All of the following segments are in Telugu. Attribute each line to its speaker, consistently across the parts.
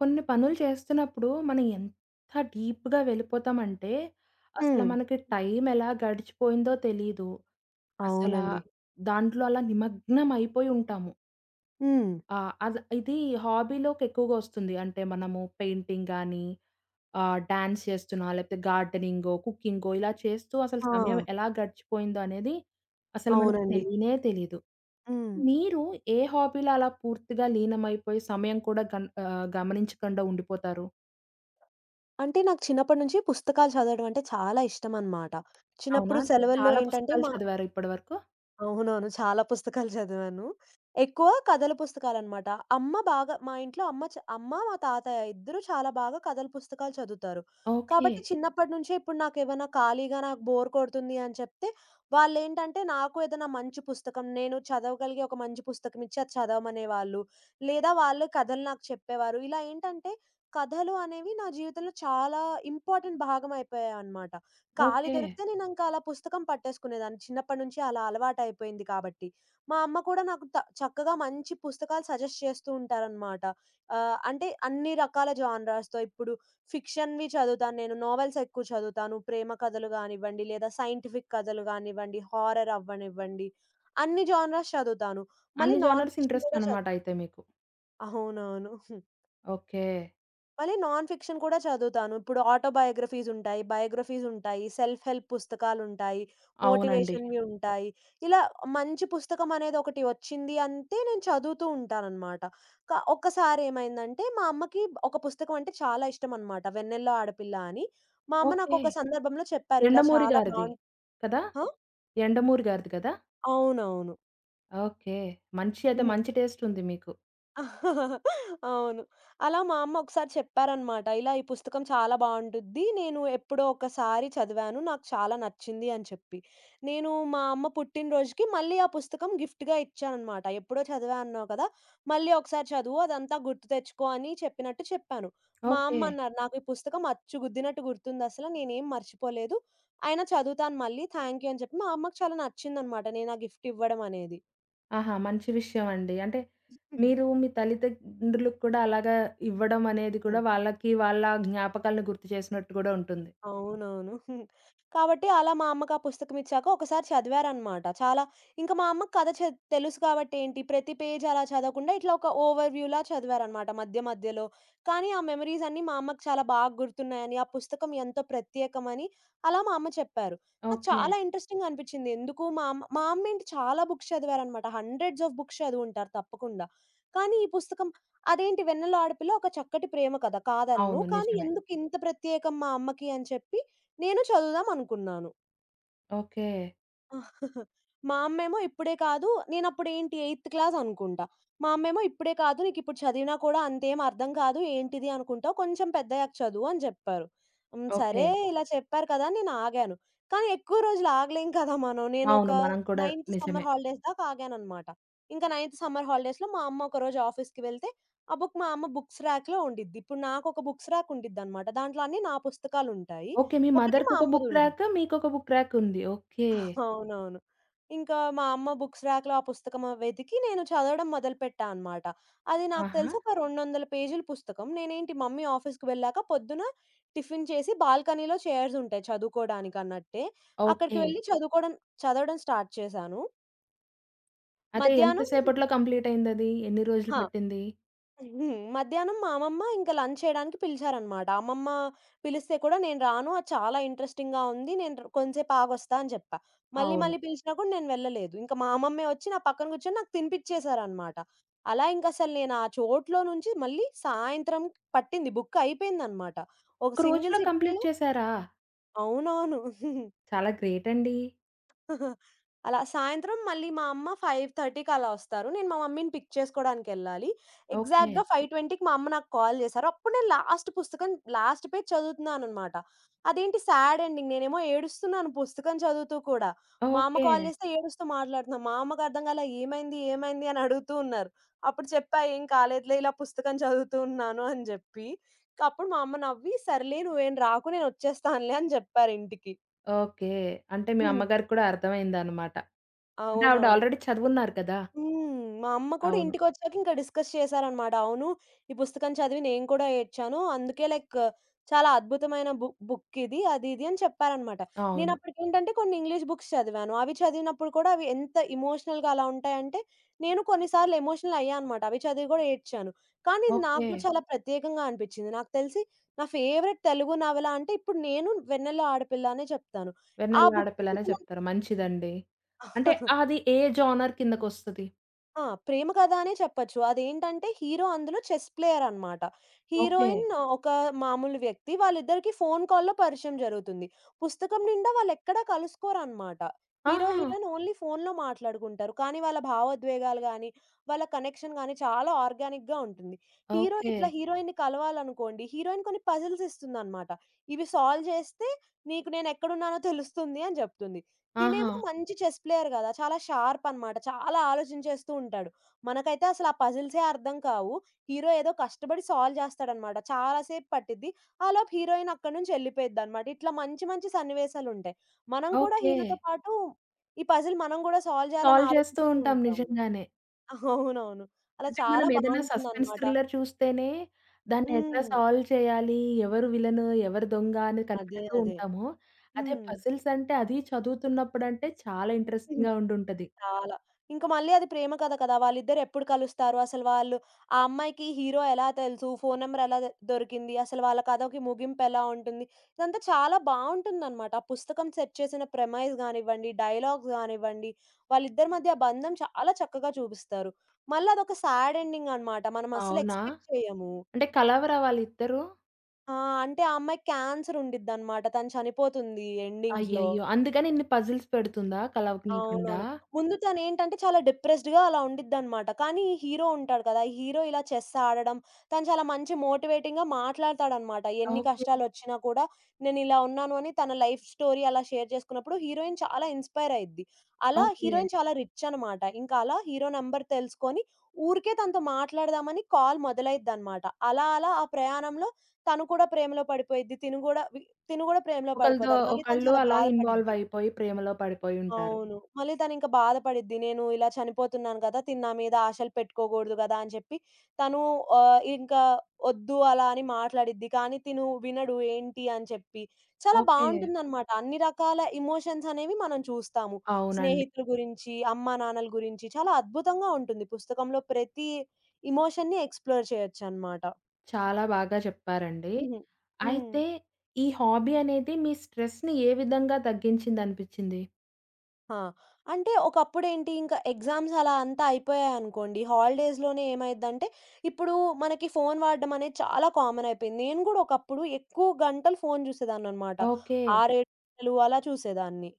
Speaker 1: కొన్ని పనులు చేస్తున్నప్పుడు మనం ఎంత డీప్‌గా వెళ్ళిపోతామంటే, అసలు
Speaker 2: హ్మ్.
Speaker 1: మనకి టైం ఎలా గడిచిపోయిందో తెలీదు. అసలా
Speaker 2: అవునండి.
Speaker 1: దాంట్లో అలా నిమగ్నం అయిపోయి ఉంటాము.
Speaker 2: హ్మ్.
Speaker 1: అది ఇది హాబీలోకి ఎక్కువగా వస్తుంది. అంటే మనము పెయింటింగ్ గానీ, డాన్స్ చేస్తున్నా, లేకపోతే గార్డెనింగో, కుకింగో ఇలా చేస్తూ అసలు
Speaker 2: ఆ!
Speaker 1: సమయం ఎలా గడిచిపోయిందో అనేది అసలు మనకు
Speaker 2: అవునండి.
Speaker 1: తెలియనే తెలీదు.
Speaker 2: హ్మ్.
Speaker 1: మీరు ఏ హాబీలో అలా పూర్తిగా లీనమైపోయి సమయం కూడా గమనించకుండా ఉండిపోతారు?
Speaker 2: అంటే నాకు చిన్నప్పటి నుంచి పుస్తకాలు చదవడం అంటే చాలా ఇష్టమనమాట.
Speaker 1: అవునా!
Speaker 2: చిన్నప్పుడు
Speaker 1: మీరు
Speaker 2: సెలవుల్లో
Speaker 1: చాలా
Speaker 2: ఏంటంటే
Speaker 1: పుస్తకాలు
Speaker 2: మా
Speaker 1: చదివారు ఇప్పటివరకు?
Speaker 2: అవునవును. చాలా పుస్తకాలు చదివాను. ఎక్కువ కథల పుస్తకాలనమాట. అమ్మ బాగా మా ఇంట్లో అమ్మ, మా తాతయ్య ఇద్దరూ చాలా బాగా కథల పుస్తకాలు చదువుతారు.
Speaker 1: ఓకే.
Speaker 2: కాబట్టి చిన్నప్పటి నుంచే ఇప్పుడు నాకేమైనా ఖాళీగా నాకు బోర్ కొడుతుంది అని చెప్తే, వాళ్ళేంటంటే నాకు ఏదైనా మంచి పుస్తకం నేను చదవగలిగే ఒక మంచి పుస్తకం ఇచ్చి అది చదవమనేవాళ్ళు. లేదా వాళ్ళే కథలు నాకు చెప్పేవారు. ఇలా ఏంటంటే కథలు అనేవి నా జీవితంలో చాలా ఇంపార్టెంట్ భాగం అయిపోయాయనమాట. ఖాళీ
Speaker 1: ఓకే.
Speaker 2: దొరికితే నేనింక అలా పుస్తకం పట్టేసుకునేదాన్ని. చిన్నప్పటి నుంచి అలా అలవాటయిపోయింది కాబట్టి. మా అమ్మ కూడా నాకు చక్కగా మంచి పుస్తకాలు సజెస్ట్ చేస్తూ ఉంటారనమాట. అంటే అన్ని రకాల జానరాస్‌తో ఇప్పుడు ఫిక్షన్‌వి చదువుతాను నేను. నోవెల్స్ ఎక్కువ చదువుతాను. ప్రేమ కథలు గానివ్వండి, లేదా సైంటిఫిక్ కథలు గానివ్వండి, హారర్ అవ్వనివ్వండి. అన్ని జానరాస్ చదువుతాను. మళ్ళీ
Speaker 1: అన్ని
Speaker 2: నాన్
Speaker 1: జోనర్స్
Speaker 2: ఫిక్షన్
Speaker 1: ఇంట్రెస్ట్
Speaker 2: కూడా
Speaker 1: అనమాట అయితే మీకు.
Speaker 2: అవునవును.
Speaker 1: ఓకే.
Speaker 2: మళ్ళీ నాన్ ఫిక్షన్ కూడా చదువుతాను. ఇప్పుడు ఆటోబయోగ్రఫీస్ ఉంటాయి, బయోగ్రఫీస్ ఉంటాయి, సెల్ఫ్ హెల్ప్ పుస్తకాలుంటాయి,
Speaker 1: అవునండి.
Speaker 2: మోటివేషన్‌వి ఉంటాయి. ఇలా మంచి పుస్తకం అనేది ఒకటి వచ్చింది అంటే నేను చదువుతూ ఉంటాననమాట. ఒక్కసారి ఏమైందంటే మా అమ్మకి ఒక పుస్తకం అంటే చాలా ఇష్టం అనమాట 'వెన్నెల్లో ఆడపిల్ల' అని. మా అమ్మ
Speaker 1: ఓకే.
Speaker 2: నాకొక సందర్భంలో చెప్పారు ఇలా
Speaker 1: 'యండమూరి'
Speaker 2: చాలా
Speaker 1: గారిది
Speaker 2: బావుం
Speaker 1: కదా?
Speaker 2: ఆ!
Speaker 1: 'యండమూరి' గారిది కదా?
Speaker 2: అవునవును.
Speaker 1: ఓకే. మంచి అయితే మంచి టేస్ట్ ఉంది మీకు.
Speaker 2: అవును. అలా మా అమ్మ ఒకసారి చెప్పారనమాట. ఇలా ఈ పుస్తకం చాలా బావుంటుద్ది. నేను ఎప్పుడో ఒకసారి చదివాను. నాకు చాలా నచ్చింది అని చెప్పి. నేను మా అమ్మ పుట్టినరోజుకి మళ్ళీ ఆ పుస్తకం గిఫ్ట్‌గా ఇచ్చాననమాట. ఎప్పుడో చదివా అన్నావు కదా! మళ్ళీ ఒకసారి చదువు అదంతా గుర్తు తెచ్చుకో అని చెప్పినట్టు చెప్పాను. మా
Speaker 1: ఓకే.
Speaker 2: అమ్మ అన్నారు, "నాకు ఈ పుస్తకం అచ్చు గుద్దినట్టు గుర్తుందసల. నేనేం మర్చిపోలేదు. అయినా చదువుతాను మళ్ళీ. థాంక్ యూ" అని చెప్పి మా అమ్మకి చాలా నచ్చిందనమాట. నేను ఆ గిఫ్ట్ ఇవ్వడం అనేది.
Speaker 1: ఆహా! మంచి విషయం అండి. అంటే మీరు మీ తల్లిదండ్రులకు కూడా అలాగా ఇవ్వడం అనేది కూడా వాళ్ళకి వాళ్ళ జ్ఞాపకాలను గుర్తు చేసినట్టు కూడా ఉంటుంది.
Speaker 2: అవునవును. కాబట్టి అలా మా అమ్మకు ఆ పుస్తకం ఇచ్చాక ఒకసారి చదివారనమాట. చాలా ఇంకా మా అమ్మకి కథ చ తెలుసు కాబట్టి ఏంటి ప్రతి పేజ్ అలా చదవకుండా ఇట్లా ఒక ఓవర్ వ్యూలా చదివారనమాట మధ్య మధ్యలో. కానీ ఆ మెమోరీస్ అన్నీ మా అమ్మకి చాలా బాగా గుర్తున్నాయని, ఆ పుస్తకం ఎంతో ప్రత్యేకమని అలా మా అమ్మ చెప్పారు. నాకు
Speaker 1: ఓకే.
Speaker 2: చాలా ఇంట్రెస్టింగ్‌గా అనిపిచ్చింది. ఎందుకు మా అమ్మ ఏంటి చాలా బుక్స్ చదివారనమాట. హండ్రెడ్స్ ఆఫ్ బుక్స్ చదివుంటారు తప్పకుండా. కానీ ఈ పుస్తకం అదేంటి 'వెన్నెల ఆడపిల్ల' ఒక చక్కటి ప్రేమ కథ కాదనను.
Speaker 1: అవును.
Speaker 2: కానీ
Speaker 1: నిజమే.
Speaker 2: ఎందుకు ఇంత ప్రత్యేకం మా అమ్మకి అని చెప్పి నేను చదువుదాం అనుకున్నాను.
Speaker 1: ఓకే.
Speaker 2: మా అమ్మేమో ఇప్పుడే కాదు నేనప్పుడేంటి ఎయిత్ క్లాస్ అనుకుంటా. మా అమ్మేమో ఇప్పుడే కాదు నీకిప్పుడు చదివినా కూడా అంతేం అర్థం కాదు. ఏంటిది అనుకుంటావు. కొంచెం పెద్దయ్యాక చదువు అని చెప్పారు. హ్మ్.
Speaker 1: ఓకే.
Speaker 2: సరే ఇలా చెప్పారు కదా అని నేనాగాను. కానీ ఎక్కువ రోజులు ఆగలేం కదా మనం.
Speaker 1: అవును. మనం కూడా
Speaker 2: నైన్త్
Speaker 1: నిజమే.
Speaker 2: సమ్మర్ హాలిడేస్ దాకా ఆగాననమాట. ఇంకా నైన్త్ సమ్మర్ హాలిడేస్‌లో మా అమ్మ ఒకరోజు ఆఫీస్‌కి వెళ్తే ఆ బుక్ మా అమ్మ బుక్స్ ర్యాక్‌లో ఉండిద్ది. ఇప్పుడు నాకొక బుక్స్ ర్యాక్ ఉండిద్దనమాట. దాంట్లో అన్ని నా పుస్తకాలుంటాయి.
Speaker 1: ఓకే. మీ
Speaker 2: ఒకటి మా
Speaker 1: మదర్‌కొక బుక్
Speaker 2: అమ్మదుండిద్ది.
Speaker 1: ర్యాక్, మీకొక బుక్ ర్యాక్ ఉంది. ఓకే.
Speaker 2: అవునవును. ఇంకా మా అమ్మ బుక్స్ ర్యాక్‌లో ఆ పుస్తకం వెతికి నేను చదవడం మొదలుపెట్టా అనమాట. అది నాకు
Speaker 1: ఆహా!
Speaker 2: తెలిసి ఒక 200 పేజీల పుస్తకం. నేనేంటి మమ్మీ ఆఫీస్‌కి వెళ్ళాక పొద్దున టిఫిన్ చేసి బాల్కనీలో చైర్స్ ఉంటాయి చదువుకోవడానికన్నట్టే. అక్కడికి
Speaker 1: ఓకే.
Speaker 2: వెళ్లి చదవడం స్టార్ట్ చేశాను.
Speaker 1: అదే ఎంత
Speaker 2: మధ్యాహ్నం
Speaker 1: సేపట్లో కంప్లీట్ అయిందది? ఎన్ని రోజులు
Speaker 2: ఆ!
Speaker 1: పట్టింది?
Speaker 2: హ్మ్. మధ్యాహ్నం మా అమ్మమ్మ ఇంక లంచ్ చేయడానికి పిలిచారనమాట. అమ్మమ్మ పిలిస్తే కూడా నేను రాను. అది చాలా ఇంట్రెస్టింగ్‌గా ఉంది. నేను కొంసేపు ఆగొస్తా అని జెప్పా. మళ్ళీ మళ్ళీ
Speaker 1: అవును.
Speaker 2: పిలిచినా కూడా నేను వెళ్ళలేదు. ఇంక మా అమ్మమ్మే వచ్చి నా పక్కన కూర్చొని నాకు తినిపిచ్చేశారనమాట. అలా ఇంకసలు నేను ఆ చోట్లో నుంచి మళ్ళీ సాయంత్రం పట్టింది. బుక్ అయిపోయిందనమాట. ఒక
Speaker 1: ఒక
Speaker 2: సింగిల్
Speaker 1: రోజులో కంప్లీట్
Speaker 2: సిట్టింగ్‌లో
Speaker 1: చేశారా?
Speaker 2: అవునవును.
Speaker 1: చాలా గ్రేట్ అండి.
Speaker 2: అలా సాయంత్రం మళ్ళీ మా అమ్మ 5:30కి అలా వస్తారు. నేను మా మమ్మీని పిక్ చేసుకోడానికెళ్ళాలి.
Speaker 1: ఓకే.
Speaker 2: ఎగ్జాక్ట్‌గా 5:20కి మా అమ్మ నాకు కాల్ చేశారు. అప్పుడు నేను లాస్ట్ పేజ్ చదువుతున్నాననమాట. అదేంటి సాడ్ ఎండింగ్. నేనేమో ఏడుస్తున్నాను పుస్తకం చదువుతూ కూడా. మా అమ్మ
Speaker 1: ఓకే.
Speaker 2: కాల్ చేస్తే ఏడుస్తూ మాట్లాడుతున్నా. మా అమ్మకు అర్థం కాలే ఏమైంది? ఏమైంది? అని అడుగుతూ ఉన్నారు. అప్పుడు చెప్పా "ఏం కాలేదులే ఇలా పుస్తకం చదువుతూ ఉన్నాను" అని చెప్పి. అప్పుడు మా అమ్మ నవ్వి "సర్లే నువ్వేం రాకు నేను వచ్చేస్తానులే" అని చెప్పారు ఇంటికి.
Speaker 1: ఓకే. అంటే మీ
Speaker 2: హ్మ్.
Speaker 1: అమ్మగారికి కూడా అర్థమైందన్నమాట. అంటే ఆవిడ
Speaker 2: అవునవును.
Speaker 1: ఆల్రెడీ చదువున్నారు కదా!
Speaker 2: హ్మ్. మా అమ్మ కూడా
Speaker 1: అవును.
Speaker 2: ఇంటికొచ్చాక ఇంకా డిస్కస్ చేశారనమాట. అవును. ఈ పుస్తకం చదివి నేను కూడా ఏడ్చాను. అందుకే లైక్ చాలా అద్భుతమైన బుక్ ఇది. అది ఇది అని చెప్పారనమాట.
Speaker 1: అవును.
Speaker 2: నేనప్పటికేంటంటే కొన్ని ఇంగ్లీష్ బుక్స్ చదివాను. అవి చదివినప్పుడు కూడా అవి ఎంత ఎమోషనల్‌గా అలా ఉంటాయంటే, నేను కొన్ని సార్లు ఎమోషనల్ అయ్యా అనమాట. అవి చదివి కూడా ఏడ్చాను. కానీ ఇది నాకు
Speaker 1: ఓకే.
Speaker 2: కూడా చాలా ప్రత్యేకంగా అనిపిచ్చింది. నాకు తెలిసి నా ఫేవరెట్ తెలుగు నవల అంటే ఇప్పుడు నేను 'వెన్నెల ఆడపిల్ల' అనే చెప్తాను. ఆ
Speaker 1: వెన్నెల
Speaker 2: బుక్
Speaker 1: ఆడపిల్లనే చెప్తారు. మంచిదండి. అంటే అది ఏ జోనర్ కిందకొస్తది?
Speaker 2: ఆ! 'ప్రేమ కథ' అనే చెప్పొచ్చు. అదేంటంటే హీరో అందులో చెస్ ప్లేయర్ అన్నమాట.
Speaker 1: ఓకే.
Speaker 2: హీరోయిన్ ఒక మామూలు వ్యక్తి. వాళ్ళిద్దరికీ ఫోను కాల్‌లో పరిచయం జరుగుతుంది. పుస్తకం నిండా వాళ్ళెక్కడా కలుసుకోరన్నమాట. హీరో,
Speaker 1: ఆహా!
Speaker 2: హీరోయిన్ ఓన్లీ ఫోనులో మాట్లాడుకుంటారు. కానీ వాళ్ళ భావోద్వేగాలు గాని, వాళ్ళ కనెక్షన్ గాని చాలా ఆర్గానిక్‌గా ఉంటుంది. Hero
Speaker 1: okay.
Speaker 2: ఇట్లా హీరోయిన్‌ని కలవాలనుకోండి, హీరోయిన్ కొన్ని పజిల్స్ ఇస్తుందన్నమాట. ఇవి సాల్వ్ చేస్తే నీకు నేనెక్కడున్నానో తెలుస్తుంది అని చెప్తుంది.
Speaker 1: ఆహా!
Speaker 2: తినేమో మంచి చెస్ ప్లేయర్ గదా! చాలా షార్ప్ అనమాట. చాలా ఆలోచించేస్తూ ఉంటాడు. మనకైతే అసలు ఆ పజిల్సే అర్థం కావు. హీరో ఏదో కష్టపడి సాల్వ్ చేస్తాడనమాట. చాలా సేపు పట్టిద్ది. ఆలోపు హీరోయిన్ అక్కడి నుంచి ఎళ్ళిపోయిద్దనమాట. ఇట్లా మంచి మంచి సన్నివేశాలుంటాయి. మనం కూడా
Speaker 1: ఓకే.
Speaker 2: హీరోతో పాటు ఈ పజిల్ మనం గూడా సాల్వ్ చేయాలని
Speaker 1: సాల్వ్ చేస్తూ
Speaker 2: ఆలోచిస్తూ
Speaker 1: ఉంటాం
Speaker 2: ఉంటాము.
Speaker 1: నిజంగానే.
Speaker 2: అవునవును. అలా
Speaker 1: అంటే
Speaker 2: చాలా
Speaker 1: మనం ఏదైనా సస్పెన్స్
Speaker 2: బావుంటుందనమాట.
Speaker 1: థ్రిల్లర్ చూస్తేనే దాన్ని ఎట్లా
Speaker 2: హ్మ్.
Speaker 1: సాల్వ్ చేయాలి, ఎవరు విలను, ఎవరు దొంగ అని
Speaker 2: అదే.
Speaker 1: కనిపెడుతూ
Speaker 2: అదే.
Speaker 1: ఉంటాము. అదే
Speaker 2: హ్మ్.
Speaker 1: పజిల్స్ అంటే అది చదువుతున్నప్పుడంటే చాలా ఇంట్రెస్టింగ్‌గా ఉండుంటది.
Speaker 2: చాలా. ఇంక మళ్ళీ అది ప్రేమ కథ కదా! వాళ్ళిద్దరు ఎప్పుడు కలుస్తారు? అసలు వాళ్ళు ఆ అమ్మాయికి హీరో ఎలా తెలుసు? ఫోను నంబర్ ఎలా దొరికింది? అసలు వాళ్ళ కథకి ముగింపు ఎలా ఉంటుంది? ఇదంతా చాలా బావుంటుందనమాట. ఆ పుస్తకం సెట్ చేసిన ప్రెమైజ్ గానివ్వండి, డైలాగ్స్ గానివ్వండి, వాళ్ళిద్దరి మధ్య ఆ బంధం చాలా చక్కగా చూపిస్తారు. మళ్ళీ అదొక సాడ్ ఎండింగ్ అనమాట. మనం అస్సలు
Speaker 1: అవునా?
Speaker 2: ఎక్స్‌పెక్ట్ చేయము.
Speaker 1: అంటే కలవరా వాళ్ళిద్దరూ?
Speaker 2: ఆ! అంటే ఆ అమ్మాయికి క్యాన్సర్ ఉండిద్దనమాట. తను చనిపోతుంది ఎండింగ్‌లో.
Speaker 1: అయ్యయ్యో! అందుకని ఇన్ని పజిల్స్ పెడుతుందా కలవనీకుండా?
Speaker 2: అవునవును. ముందు తనేంటంటే చాలా డిప్రెస్డ్‌గా అలా ఉండిద్దనమాట. కానీ ఈ హీరో ఉంటాడు కదా! ఈ హీరో ఇలా చెస్ ఆడడం, తను చాలా మంచి మోటివేటింగ్‌గా మాట్లాడతాడనమాట. ఎన్ని
Speaker 1: ఓకే.
Speaker 2: కష్టాలొచ్చినా కూడా నేనిలా ఉన్నాను అని తన లైఫ్ స్టోరీ అలా షేర్ చేసుకున్నప్పుడు హీరోయిన్ చాలా ఇన్‌స్పైర్ అయ్యిద్ది. అలా
Speaker 1: ఓకే.
Speaker 2: హీరోయిన్ చాలా రిచ్ అనమాట. ఇంకా అలా హీరో నంబర్ తెలుసుకొని ఊరికే తనతో మాట్లాడదామని కాల్ మొదలైద్దనమాట. అలా అలా ఆ ప్రయాణంలో తను కూడా ప్రేమలో పడిపోయిద్ది. తిను గూడా ప్రేమలో
Speaker 1: ఒకళ్ళతో
Speaker 2: పడిపోతాడు. మళ్ళీ తను
Speaker 1: ఒకళ్ళు
Speaker 2: చాలా
Speaker 1: అలా ఇన్వాల్వ్
Speaker 2: బాధపడిద్ది.
Speaker 1: అయిపోయి ప్రేమలో పడిపోయుంటారు.
Speaker 2: అవును. మళ్ళీ తనింక బాధపడిద్ది. నేను ఇలా చనిపోతున్నాను గదా! తిను నా మీద ఆశలు పెట్టుకోగూడదు గదా! అని చెప్పి తను ఇంకా ఒద్దు అలా అని మాట్లాడిద్ది. కానీ తిను వినడు ఏంటి అని చెప్పి. చాలా
Speaker 1: ఓకే.
Speaker 2: బావుంటుందనమాట. అన్ని రకాల ఎమోషన్స్ అనేవి మనం చూస్తాము.
Speaker 1: అవునండి.
Speaker 2: స్నేహితుల గురించి, అమ్మానాన్నల గురించి చాలా అద్భుతంగా ఉంటుంది. పుస్తకంలో ప్రతి ఎమోషన్‌ని ఎక్స్‌ప్లోర్ చేయొచ్చనమాట.
Speaker 1: చాలా బాగా చెప్పారండి.
Speaker 2: హుహు. హ్మ్.
Speaker 1: అయితే ఈ హాబీ అనేది మీ స్ట్రెస్‌ని ఏ విధంగా తగ్గించిందనిపిచ్చింది?
Speaker 2: ఆ! అంటే ఒకప్పుడేంటి ఇంకా ఎగ్జామ్స్ అలా అంతా అయిపోయాయనుకోండి, హాలిడేస్‌లోనే ఏమైద్దంటే, ఇప్పుడు మనకి ఫోను వాడడం అనేది చాలా కామన్ అయిపోయింది. నేను గూడా ఒకప్పుడు ఎక్కువ గంటలు ఫోను జూసేదాన్ననమాట.
Speaker 1: ఓకే.
Speaker 2: 6, 7 గంటలు అలా చూసేదాన్ని.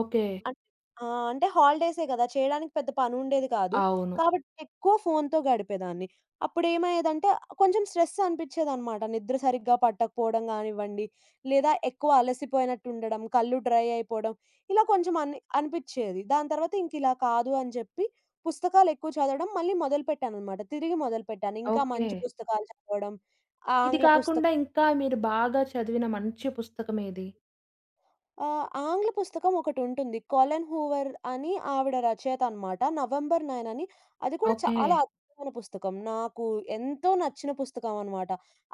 Speaker 1: ఓకే.
Speaker 2: అన్ ఆ! అంటే హాలిడేసే గదా! చేయడానికి పెద్ద పనుండేది కాదు.
Speaker 1: అవును.
Speaker 2: కాబట్టి ఎక్కువ ఫోనుతో గడిపేదాన్ని. అప్పుడేమయ్యేదంటే కొంచెం స్ట్రెస్ అనిపిచ్చేదనమాట. నిద్ర సరిగ్గా పట్టకపోవడం గానివ్వండి, లేదా ఎక్కువ అలసిపోయినట్టు ఉండడం, కళ్ళు డ్రై అయిపోవడం, ఇలా కొంచెం అని అనిపిచ్చేది. దాని తర్వాత ఇంకిలా కాదు అని చెప్పి పుస్తకాలెక్కువ చదవడం మళ్ళీ మొదలుపెట్టాననమాట. తిరిగి మొదలుపెట్టాను. ఇంకా
Speaker 1: ఓకే.
Speaker 2: మంచి పుస్తకాలు చదవడం,
Speaker 1: ఇది
Speaker 2: ఆంగ్ల
Speaker 1: కాకుండా
Speaker 2: పుస్తకాలు
Speaker 1: ఇంకా మీరు బాగా చదివిన మంచి పుస్తకం ఏది?
Speaker 2: ఆంగ్ల పుస్తకం ఒకటుంటుంది. కాలన్ హూవర్ అని ఆవిడ రచయిత అనమాట. 'నవంబర్ 9' అని. అది కూడా
Speaker 1: ఓకే.
Speaker 2: చాలా అద్భుతమైన పుస్తకం. నాకు ఎంతో నచ్చిన పుస్తకం అనమాట.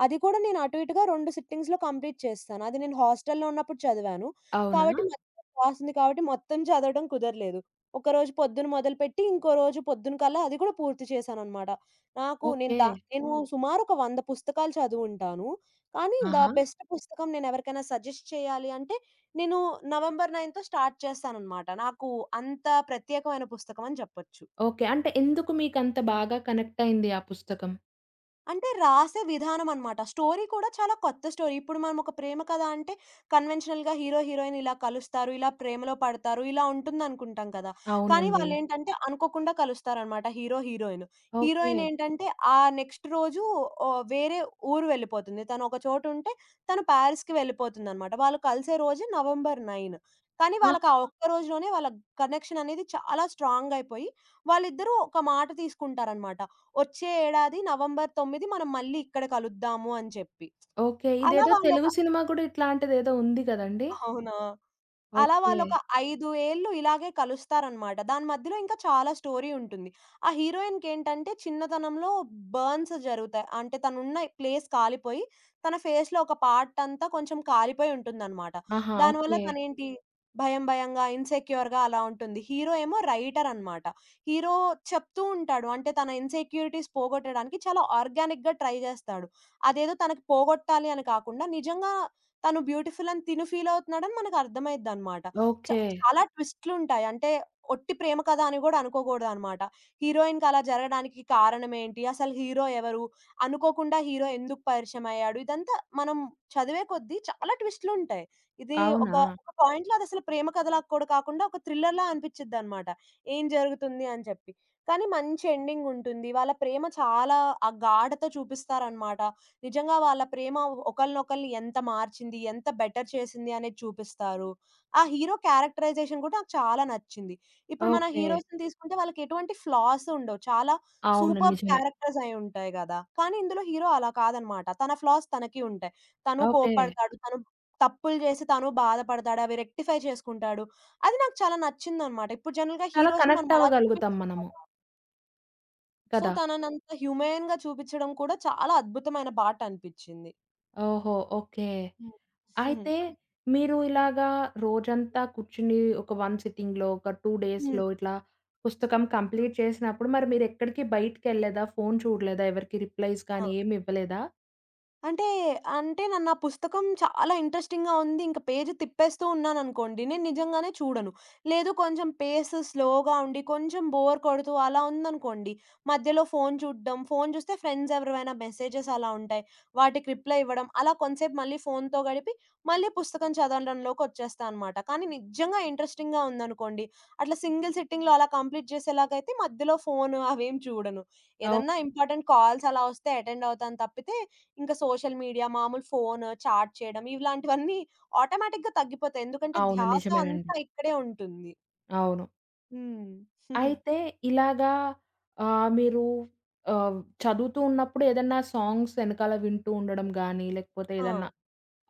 Speaker 2: అది కూడా నేను అటు ఇటుగా 2 సిట్టింగ్స్‌లో కంప్లీట్ చేసేసాను. అది నేను హాస్టల్‌లో ఉన్నప్పుడు చదివాను.
Speaker 1: అవునా?
Speaker 2: కాబట్టి మధ్యలో రాసింది కాబట్టి మొత్తం చదవడం కుదరలేదు. ఒకరోజు పొద్దున మొదలుపెట్టి, ఇంకో రోజు పొద్దున కల్లా అది కూడా పూర్తి చేశాననమాట. నాకు నేను
Speaker 1: ఓకే.
Speaker 2: దా నేను సుమారు ఒక 100 పుస్తకాలు చదువుంటాను. కానీ ద
Speaker 1: ఆహా!
Speaker 2: బెస్ట్ పుస్తకం నేనెవరికైనా సజెస్ట్ చేయాలి అంటే నేను నవంబర్ 9తో స్టార్ట్ చేశాననమాట. నాకు అంత ప్రత్యేకమైన పుస్తకం అని జెప్పొచ్చు.
Speaker 1: ఓకే. అంటే ఎందుకు మీకంత బాగా కనెక్ట్ అయింది ఆ పుస్తకం?
Speaker 2: అంటే రాసే విధానం అనమాట. స్టోరీ కూడా చాలా కొత్త స్టోరీ. ఇప్పుడు మనం ఒక ప్రేమ కథ అంటే కన్వెన్షనల్‌గా హీరో, హీరోయిన్ ఇలా కలుస్తారు, ఇలా ప్రేమలో పడతారు, ఇలా ఉంటుందనుకుంటాం కదా! కానీ అవును.
Speaker 1: అవునండి.
Speaker 2: వాళ్ళేంటంటే అనుకోకుండా కలుస్తారనమాట హీరో, హీరోయిన్.
Speaker 1: ఓకే.
Speaker 2: హీరోయిన్ ఏంటంటే ఆ నెక్స్ట్ రోజు వేరే ఊరు వెళ్ళిపోతుంది. తను ఒక చోట ఉంటే తను పారిస్‌కి వెళ్ళిపోతుందనమాట. వాళ్ళు కలిసే రోజు నవంబర్ 9. కానీ
Speaker 1: ఆ!
Speaker 2: వాళ్ళకి ఆ ఒక్క రోజులోనే వాళ్ళ కనెక్షన్ అనేది చాలా స్ట్రాంగ్ అయిపోయి వాళ్ళిద్దరూ ఒక మాట తీసుకుంటారనమాట. వచ్చే ఏడాది నవంబర్ 9 మనం మళ్ళీ ఇక్కడ కలుద్దాము అని చెప్పి.
Speaker 1: ఓకే.
Speaker 2: అలా ఓకే.
Speaker 1: ఇదేదో
Speaker 2: వాళ్ళొక
Speaker 1: తెలుగు సినిమా కూడా ఇట్లాంటిదేదో ఉంది కదండీ!
Speaker 2: అవునా! అలా
Speaker 1: ఓకే.
Speaker 2: వాళ్ళొక 5 ఏళ్ళు ఇలాగే కలుస్తారనమాట. దాని మధ్యలో ఇంకా చాలా స్టోరీ ఉంటుంది. ఆ హీరోయిన్‌కేంటంటే చిన్నతనంలో బర్న్స్ జరుగుతాయి. అంటే తనున్న ప్లేస్ కాలిపోయి, తన ఫేస్‌లో ఒక పార్ట్ అంతా కొంచెం కాలిపోయి ఉంటుందనమాట.
Speaker 1: ఆహా!
Speaker 2: దానివల్ల
Speaker 1: ఓకే.
Speaker 2: తనేంటి భయం భయంగా, ఇన్‌సెక్యూర్‌గా అలా ఉంటుంది. హీరో ఏమో రైటర్ అనమాట. హీరో చెప్తూ ఉంటాడు. అంటే తన ఇన్‌సెక్యూరిటీస్ పోగొట్టడానికి చాలా ఆర్గానిక్‌గా ట్రై జేస్తాడు. అదేదో తనకి పోగొట్టాలి అని కాకుండా నిజంగా తను బ్యూటిఫుల్ అని తిను ఫీల్ అవుతున్నాడని మనకర్థమైద్దనమాట. చ
Speaker 1: ఓకే.
Speaker 2: చాలా ఓకే. ట్విస్ట్‌లుంటాయి. అంటే ఒట్టి ప్రేమ కథ అని గూడా అనుకోకూడదనమాట. హీరోయిన్‌కలా జరగడానికి కారణమేంటి? అసలు హీరో ఎవరు? అనుకోకుండా హీరో ఎందుకు పరిచయమయ్యాడు? ఇదంతా మనం చదివే కొద్దీ చాలా ట్విస్ట్‌లుంటాయి. ఇది ఒక,
Speaker 1: అవునా?
Speaker 2: ఒక పాయింట్‌లో అదసలు ప్రేమ కథలా కూడా కాకుండా ఒక థ్రిల్లర్‌లా అనిపిచ్చిద్దనమాట. ఏం జరుగుతుంది అని చెప్పి. కానీ మంచి ఎండింగుంటుంది. వాళ్ళ ప్రేమ చాలా ఆ గాఢత చూపిస్తారనమాట. నిజంగా వాళ్ళ ప్రేమ ఒకళ్ళనొకళ్ళని ఎంత మార్చింది, ఎంత బెటర్ చేసింది అనేది చూపిస్తారు. ఆ హీరో క్యారెక్టరైజేషన్ కూడా నాకు చాలా నచ్చింది. ఇప్పుడు మన
Speaker 1: ఓకే.
Speaker 2: హీరోస్‌ని తీసుకుంటే వాళ్ళకి ఎటువంటి ఫ్లాస్ ఉండవు. చాలా
Speaker 1: అవును.
Speaker 2: సూపర్బ్
Speaker 1: నిజమే.
Speaker 2: క్యారెక్టర్స్ అయ్యుంటాయి గదా! కానీ ఇందులో హీరో అలా కాదనమాట. తన ఫ్లాస్ తనకి ఉంటాయి. తను
Speaker 1: ఓకే.
Speaker 2: కోప్పడతాడు. తను తప్పులు జేసి తను బాధపడతాడు. అవి రెక్టిఫై చేసుకుంటాడు. అది నాకు చాలా నచ్చిందనమాట. ఇప్పుడు జనరల్‌గా
Speaker 1: చాలా
Speaker 2: హీరోస్‌ని మనం
Speaker 1: కనెక్ట్
Speaker 2: అలా
Speaker 1: అవ్వగలుగుతాం
Speaker 2: చూపించం
Speaker 1: మనము.
Speaker 2: కదా! సో,
Speaker 1: కదా!
Speaker 2: తననంత హ్యూమెన్‌గా చూపిచ్చడం కూడా చాలా అద్భుతమైన పాటనిపిచ్చింది.
Speaker 1: ఓహో! ఓకే.
Speaker 2: హ్మ్. హుహు.
Speaker 1: అయితే
Speaker 2: అంటే
Speaker 1: మీరు
Speaker 2: మీకు
Speaker 1: ఇలాగా రోజంతా కూర్చుని ఒక 1 సిట్టింగ్‌లో, ఒక 2
Speaker 2: హ్మ్.
Speaker 1: డేస్‌లో ఇట్లా పుస్తకం కంప్లీట్
Speaker 2: పుస్తకం
Speaker 1: చేసినప్పుడు మరి మీరెక్కడికి బయటికెళ్ళలేదా? ఫోను చూడలేదా? ఎవరికీ రిప్లైస్
Speaker 2: ఆ!
Speaker 1: కానీ ఏమి ఇవ్వలేదా?
Speaker 2: అంటే, అంటే నన్ను ఆ పుస్తకం చాలా ఇంట్రెస్టింగ్‌గా ఉంది. ఇంక పేజ్ తిప్పేస్తూ ఉన్నాననుకోండి, నేను నిజంగానే చూడను. లేదు కొంచెం పేస్ స్లోగా ఉండి, కొంచెం బోర్ కొడుతూ అలా ఉందనుకోండి, మధ్యలో ఫోను చూడడం, ఫోను చూస్తే ఫ్రెండ్స్ ఎవరివైనా మెసేజెస్ అలా ఉంటాయి. వాటికి రిప్లై ఇవ్వడం, అలా కొంతసేపు మళ్ళీ ఫోనుతో గడిపి, మళ్ళీ పుస్తకం చదవడంలోకొచ్చేస్తా అనమాట. కానీ నిజంగా ఇంట్రెస్టింగ్‌గా ఉందనుకోండి, అట్లా సింగిల్ సిట్టింగ్‌లో అలా కంప్లీట్ చేసేలాగైతే మధ్యలో ఫోను అవేం చూడను.
Speaker 1: ఓహ్!
Speaker 2: ఏదన్నా ఇంపార్టెంట్ కాల్స్ అలా వస్తే అటెండ్ అవుతాను తప్పితే ఇంకా సోషల్ మీడియా, మామూలు ఫోన్, చాట్ చేయడం ఇలాంటివన్నీ ఆటోమేటిక్‌గా తగ్గిపోతాయి. ఎందుకంటే
Speaker 1: అవును.
Speaker 2: ధ్యాస
Speaker 1: నిజమేనండి.
Speaker 2: అంతా ఇక్కడే ఉంటుంది.
Speaker 1: అవును.
Speaker 2: హ్మ్.
Speaker 1: అయితే ఇలాగా మీరు ఆహ్, చదువుతూ ఉన్నప్పుడు ఏదన్నా సాంగ్స్ ఎనకాల వింటూ ఉండడం గాని, లేకపోతే
Speaker 2: ఆ!
Speaker 1: ఏదన్నా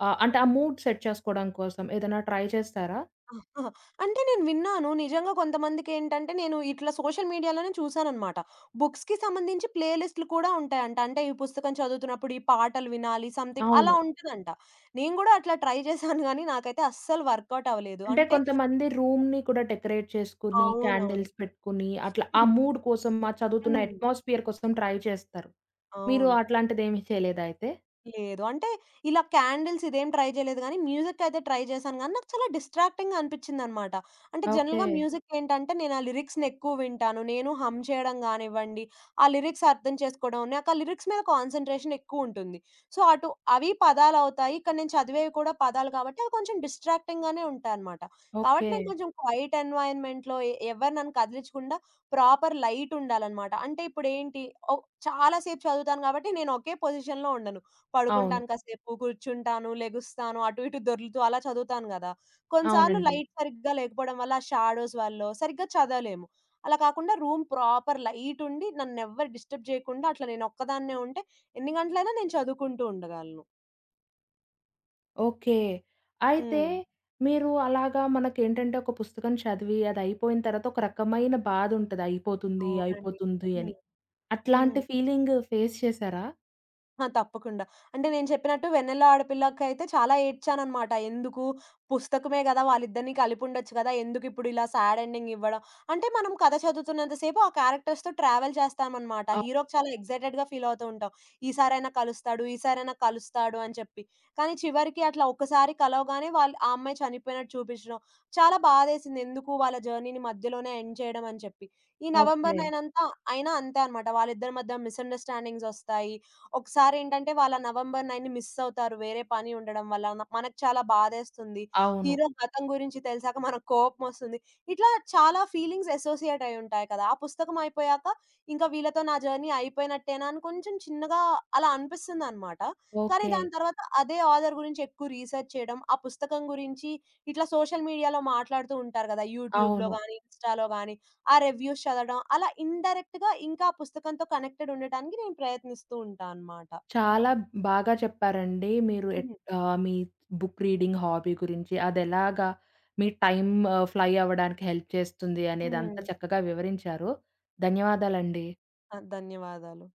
Speaker 1: ఆ! అంటే ఆ మూడ్ సెట్ చేసుకోవడం కోసం ఏదైనా ట్రై చేస్తారా?
Speaker 2: ఆహా! అంటే నేను విన్నాను. నిజంగా కొంతమందికేంటంటే నేను ఇట్లా సోషల్ మీడియాలోనే చూసాననమాట. బుక్స్‌కి సంబంధించి ప్లే లిస్ట్‌లు కూడా ఉంటాయంట. అంటే ఈ పుస్తకం చదువుతున్నప్పుడు ఈ పాటలు వినాలి సంథింగ్ అలా
Speaker 1: అవును.
Speaker 2: ఉంటదంట. నేను కూడా అట్లా ట్రై చేశాను గానీ నాకైతే అస్సలు వర్కౌట్ అవ్వలేదు.
Speaker 1: అంటే
Speaker 2: అంటే
Speaker 1: కొంతమంది రూమ్‌ని కూడా డెకరేట్ చేసుకొని,
Speaker 2: అవునవును.
Speaker 1: క్యాండిల్స్ పెట్టుకొని, అట్లా ఆ మూడ్ కోసం, ఆ చదువుతున్న
Speaker 2: హ్మ్.
Speaker 1: అట్మాస్ఫియర్ కోసం ట్రై చేస్తారు. మీరు
Speaker 2: అవును.
Speaker 1: అట్లాంటిదేమీ చేయలేదా అయితే?
Speaker 2: లేదు. అంటే ఇలా క్యాండిల్స్ ఇదేం ట్రై చేయలేదు గానీ, మ్యూజిక్ అయితే ట్రై చేశాను గానీ, నాకు చాలా డిస్ట్రాక్టింగ్‌గా అనిపించిందనమాట. అంటే
Speaker 1: ఓకే.
Speaker 2: జనరల్‌గా మ్యూజిక్ ఏంటంటే, నేను ఆ లిరిక్స్‌ని ఎక్కువ వింటాను. నేను హమ్ చేయడం గానివ్వండి, ఆ లిరిక్స్ అర్థం చేసుకోవడం, నాకు ఆ లిరిక్స్ మీద కాన్సంట్రేషన్ ఎక్కువుంటుంది. సో, అటు అవి పదాలవుతాయి. ఇక్కడ నేను చదివేవి కూడా పదాలు కాబట్టి, అవి కొంచెం డిస్ట్రాక్టింగ్‌గానే ఉంటాయనమాట. కాబట్టి
Speaker 1: ఓకే.
Speaker 2: నేను కొంచెం క్వైట్ ఎన్వైర్న్‌మెంట్‌లో ఎవరు నన్ను కదిలిచ్చకుండా ప్రాపర్ లైట్ ఉండాలనమాట. అంటే ఇప్పుడేంటి, ఒ చాలా సేపు చదువుతాను కాబట్టి, నేను ఒకే పొజిషన్‌లో ఉండను.
Speaker 1: అవును.
Speaker 2: పడుకుంటాను కాసేపు, కూర్చుంటాను, లెగుస్తాను, అటు ఇటు దొర్లుతూ అలా చదువుతాను గదా! కొన్నిసార్లు
Speaker 1: అవునండి.
Speaker 2: లైట్ సరిగ్గా లేకపోవడం వల్ల ఆ షాడోస్ వల్లో సరిగ్గా చదవలేము. అలా కాకుండా రూమ్ ప్రాపర్ లైట్ ఉండి నన్నెవ్వరు డిస్టర్బ్ చేయకుండా అట్లా నేనొక్కదాన్నే ఉంటే ఎన్ని గంటలైనా నేను చదువుకుంటూ ఉండగలను.
Speaker 1: ఓకే. అయితే
Speaker 2: హ్మ్.
Speaker 1: మీరు అలాగా మనకేంటంటే ఒక పుస్తకం చదివి అదయిపోయిన తర్వాత ఒక రకమైన బాధుంటది. అయిపోతుంది,
Speaker 2: అవునండి.
Speaker 1: అయిపోతుంది అని.
Speaker 2: హ్మ్. హ్మ్.
Speaker 1: అట్లాంటి ఫీలింగ్ ఫేస్ చేసారా?
Speaker 2: ఆ! తప్పకుండా. అంటే నేను చెప్పినట్టు 'వెన్నెల ఆడపిల్ల'కైతే చాలా ఏడ్చాననమాట. ఎందుకు పుస్తకమే గదా! వాళ్ళిద్దరిని కలిపుండొచ్చు గదా! ఎందుకిప్పుడు ఇలా సాడ్ ఎండింగ్ ఇవ్వడం. అంటే మనం కథ చదువుతున్నంత సేపు ఆ క్యారెక్టర్స్‌తో ట్రావెల్ చేస్తామనమాట.
Speaker 1: అవ్
Speaker 2: హీరోకి చాలా ఎక్సైటెడ్‌గా ఫీల్ అవుతూ ఉంటాం. ఈసారైనా కలుస్తాడు, ఈసారైనా కలుస్తాడు అని చెప్పి. కానీ చివరికి అట్లా ఒక్కసారి కలవగానే వాళ్ళు ఆ అమ్మాయి చనిపోయినట్టు చూపించడం చాలా బాధేసింది. ఎందుకు వాళ్ళ జర్నీని మధ్యలోనే ఎండ్ చేయడం అని చెప్పి. ఈ నవంబర్
Speaker 1: ఓకే.
Speaker 2: 9 అంతా అయినా అంతే అనమాట. వాళ్ళిద్దరి మధ్య మిస్‌అండర్‌స్టాండింగ్స్ ఒస్తాయి. ఒకసారి ఏంటంటే వాళ్ళ నవంబర్ 9 మిస్ అవుతారు. వేరే పని ఉండడం వల్ల. మనకు చాలా బాధేస్తుంది.
Speaker 1: అవును.
Speaker 2: హీరో గతం గురించి తెలిసాక మనకు కోపమొస్తుంది. ఇట్లా చాలా ఫీలింగ్స్ అసోసియేట్ అయి ఉంటాయి కదా! ఆ పుస్తకం అయిపోయాక ఇంకా వీళ్ళతో నా జర్నీ అయిపోయినట్టేనా అని కొంచెం చిన్నగా అలా అనిపిస్తుందనమాట. కానీ
Speaker 1: ఓకే.
Speaker 2: దాని తర్వాత అదే ఆథర్ గురించి ఎక్కువ రీసెర్చ్ చేయడం, ఆ పుస్తకం గురించి ఇట్లా సోషల్ మీడియాలో మాట్లాడుతూ ఉంటారు గదా! యూట్యూబ్‌లో
Speaker 1: అవును.
Speaker 2: గాని, ఇన్‌స్టాలో గాని ఆ రివ్యూస్ చదవడం అలా ఇండైరెక్ట్‌గా ఇంకా ఆ పుస్తకంతో కనెక్టెడ్ ఉండటానికి నేను ప్రయత్నిస్తూ ఉంటా అన్నమాట.
Speaker 1: చాలా బాగా చెప్పారండి. మీరు ఎట్
Speaker 2: హుహు.
Speaker 1: మీ బుక్ రీడింగ్ హాబీ గురించి, అదెలాగా మీ టైమ్ ఫ్లై అవ్వడానికి హెల్ప్ చేస్తుంది
Speaker 2: హ్మ్.
Speaker 1: అనేదంతా చక్కగా వివరించారు. ధన్యవాదాలండి.
Speaker 2: ఆ! ధన్యవాదాలు.